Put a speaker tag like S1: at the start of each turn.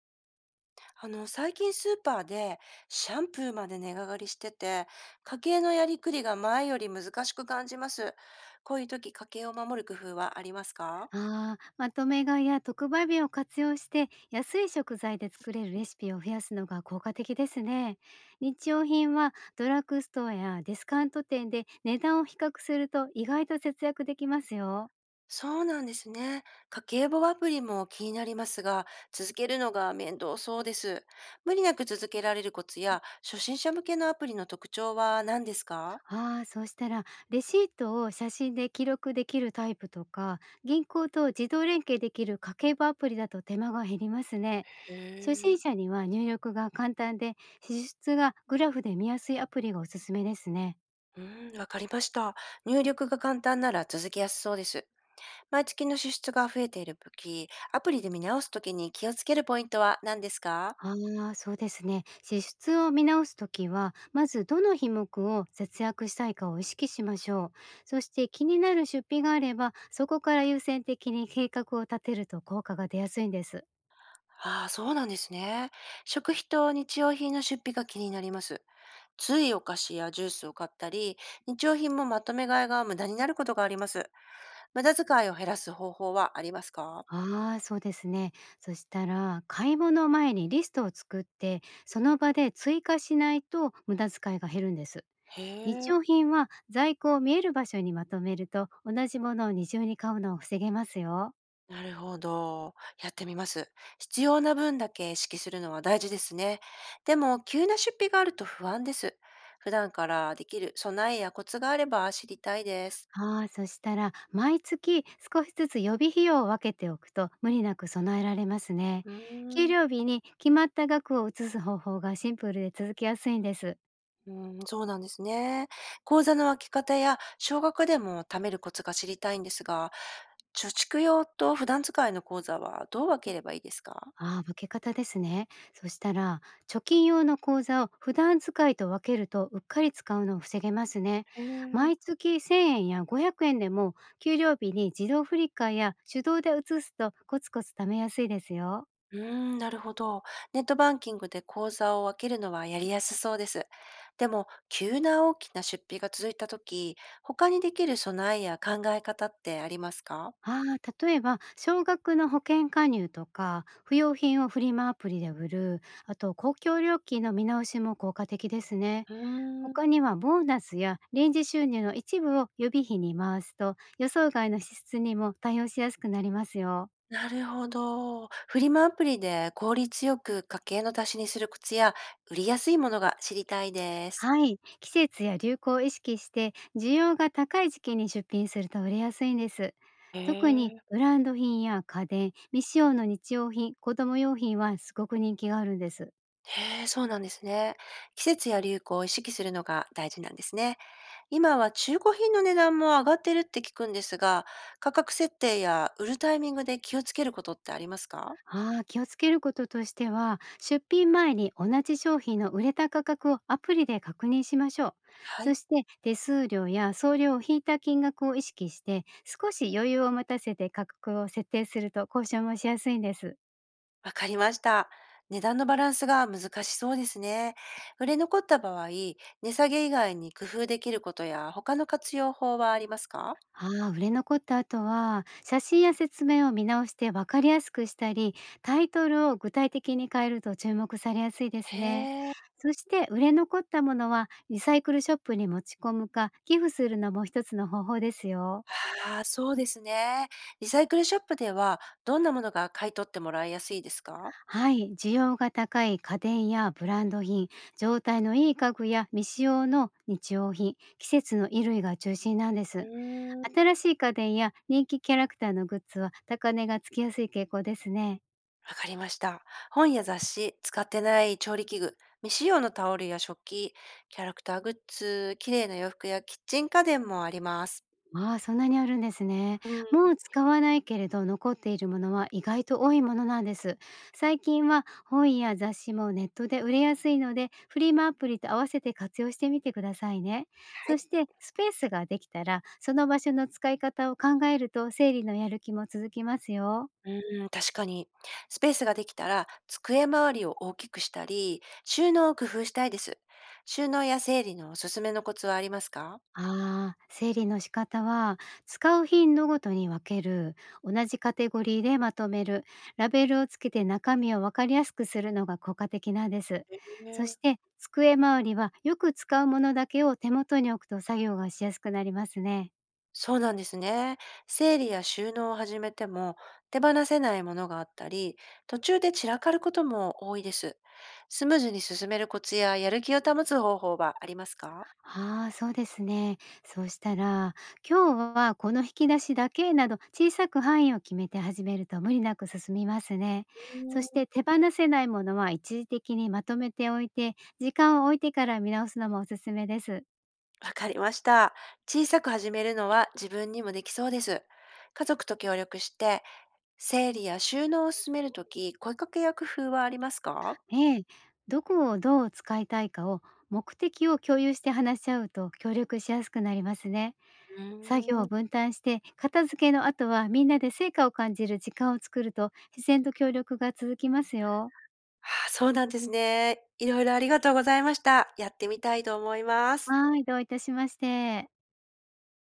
S1: 最近スーパーでシャンプーまで値上がりしてて、家計のやりくりが前より難しく感じます。こういう時、家計を守る工夫はありますか？
S2: ああ、まとめ買いや特売日を活用して安い食材で作れるレシピを増やすのが効果的ですね。日用品はドラッグストアやディスカウント店で値段を比較すると意外と節約できますよ。
S1: そうなんですね。家計簿アプリも気になりますが、続けるのが面倒そうです。無理なく続けられるコツや、初心者向けのアプリの特徴は何ですか？
S2: ああ、そうしたら、レシートを写真で記録できるタイプとか、銀行と自動連携できる家計簿アプリだと手間が減りますね。
S1: へ
S2: 初
S1: え、
S2: 心者には入力が簡単で、支出がグラフで見やすいアプリがおすすめですね。
S1: うん、わかりました。入力が簡単なら続けやすそうです。毎月の支出が増えている時、アプリで見直すときに気をつけるポイントは何ですか？
S2: ああ、そうですね。支出を見直すときは、まずどの品目を節約したいかを意識しましょう。そして、気になる出費があれば、そこから優先的に計画を立てると効果が出やすいんです。
S1: ああ、そうなんですね。食費と日用品の出費が気になります。ついお菓子やジュースを買ったり、日用品もまとめ買いが無駄になることがあります。無駄遣いを減らす方法はありますか？
S2: ああ、そうですね。そしたら、買い物前にリストを作って、その場で追加しないと無駄遣いが減るんです。
S1: へ
S2: 日
S1: え。
S2: 用品は在庫を見える場所にまとめると、同じものを二重に買うのを防げますよ。
S1: なるほど。やってみます。必要な分だけ意識するのは大事ですね。でも、急な出費があると不安です。普段からできる備えやコツがあれば知りたいです。
S2: ああ、そしたら、毎月少しずつ予備費用を分けておくと無理なく備えられますね。
S1: う
S2: 給
S1: ーん、
S2: 料日に決まった額を移す方法がシンプルで続きやすいんです。
S1: うん、そうなんですね。口座の開け方や少額でも貯めるコツが知りたいんですが、貯蓄用と普段使いの口座はどう分ければいいですか？
S2: ああ、分け方ですね。そしたら、貯金用の口座を普段使いと分けると、うっかり使うのを防げますね。
S1: へえ。
S2: 毎月1000円や500円でも、給料日に自動振り替えや手動で移すとコツコツ貯めやすいですよ。
S1: うーん、なるほど。ネットバンキングで口座を分けるのはやりやすそうです。でも、急な大きな出費が続いたとき、他にできる備えや考え方ってありますか？
S2: ああ、例えば、少額の保険加入とか、不用品をフリマアプリで売る、あと公共料金の見直しも効果的ですね。
S1: うーん、
S2: 他にはボーナスや臨時収入の一部を予備費に回すと、予想外の支出にも対応しやすくなりますよ。
S1: なるほど。フリマアプリで効率よく家計の足しにするコツや、売りやすいものが知りたいです。
S2: はい、季節や流行を意識して、需要が高い時期に出品すると売れやすいんです。
S1: へ
S2: 特に
S1: え。
S2: ブランド品や家電、未使用の日用品、子供用品はすごく人気があるんです。
S1: へえ、そうなんですね。季節や流行を意識するのが大事なんですね。今は中古品の値段も上がってるって聞くんですが、価格設定や売るタイミングで気をつけることってありますか？
S2: ああ、気をつけることとしては、出品前に同じ商品の売れた価格をアプリで確認しましょう。
S1: は
S2: そ
S1: い。
S2: して、手数料や送料を引いた金額を意識して、少し余裕を持たせて価格を設定すると交渉もしやすいんです。
S1: わかりました。値段のバランスが難しそうですね。売れ残った場合、値下げ以外に工夫できることや他の活用法はありますか？
S2: ああ、売れ残った後は、写真や説明を見直して分かりやすくしたり、タイトルを具体的に変えると注目されやすいですね。
S1: へえ。
S2: そして、売れ残ったものはリサイクルショップに持ち込むか寄付するのも一つの方法ですよ。
S1: ああ、そうですね。リサイクルショップではどんなものが買い取ってもらいやすいですか？
S2: はい、需要が高い家電やブランド品、状態のいい家具や未使用の日用品、季節の衣類が中心なんで
S1: う
S2: す。
S1: ーん、
S2: 新しい家電や人気キャラクターのグッズは高値がつきやすい傾向ですね。
S1: わかりました。本や雑誌、使ってない調理器具、未使用のタオルや食器、キャラクターグッズ、綺麗な洋服やキッチン家電もあります。
S2: ああ、そんなにあるんですね。
S1: う
S2: も
S1: ん。
S2: う使わないけれど残っているものは意外と多いものなんです。最近は本や雑誌もネットで売れやすいので、フリマアプリと合わせて活用してみてくださいね。
S1: は
S2: そ
S1: い。
S2: してスペースができたら、その場所の使い方を考えると整理のやる気も続きますよ。
S1: うん、確かに。スペースができたら、机周りを大きくしたり、収納を工夫したいです。収納や整理のおすすめのコツはありますか？
S2: ああ、整理の仕方は、使う頻度ごとに分ける、同じカテゴリーでまとめる、ラベルをつけて中身を分かりやすくするのが効果的なんです。そして、机周りはよく使うものだけを手元に置くと作業がしやすくなりますね。
S1: そうなんですね。整理や収納を始めても手放せないものがあったり、途中で散らかることも多いです。スムーズに進めるコツややる気を保つ方法はありますか？
S2: ああ、そうですね。そうしたら、今日はこの引き出しだけなど小さく範囲を決めて始めると無理なく進みますね。
S1: う
S2: そし
S1: ん、
S2: て、手放せないものは一時的にまとめておいて、時間を置いてから見直すのもおすすめです。
S1: わかりました。小さく始めるのは自分にもできそうです。家族と協力して、整理や収納を進めるとき、声かけや工夫はありますか？
S2: ええ、どこをどう使いたいかを、目的を共有して話し合うと協力しやすくなりますね。
S1: う
S2: 作業
S1: ー
S2: を
S1: ん、
S2: 分担して、片付けの後はみんなで成果を感じる時間を作ると自然と協力が続きますよ。
S1: ああ、そうなんですね。いろいろありがとうございました。やってみたいと思います。
S2: はい、どういたしまして。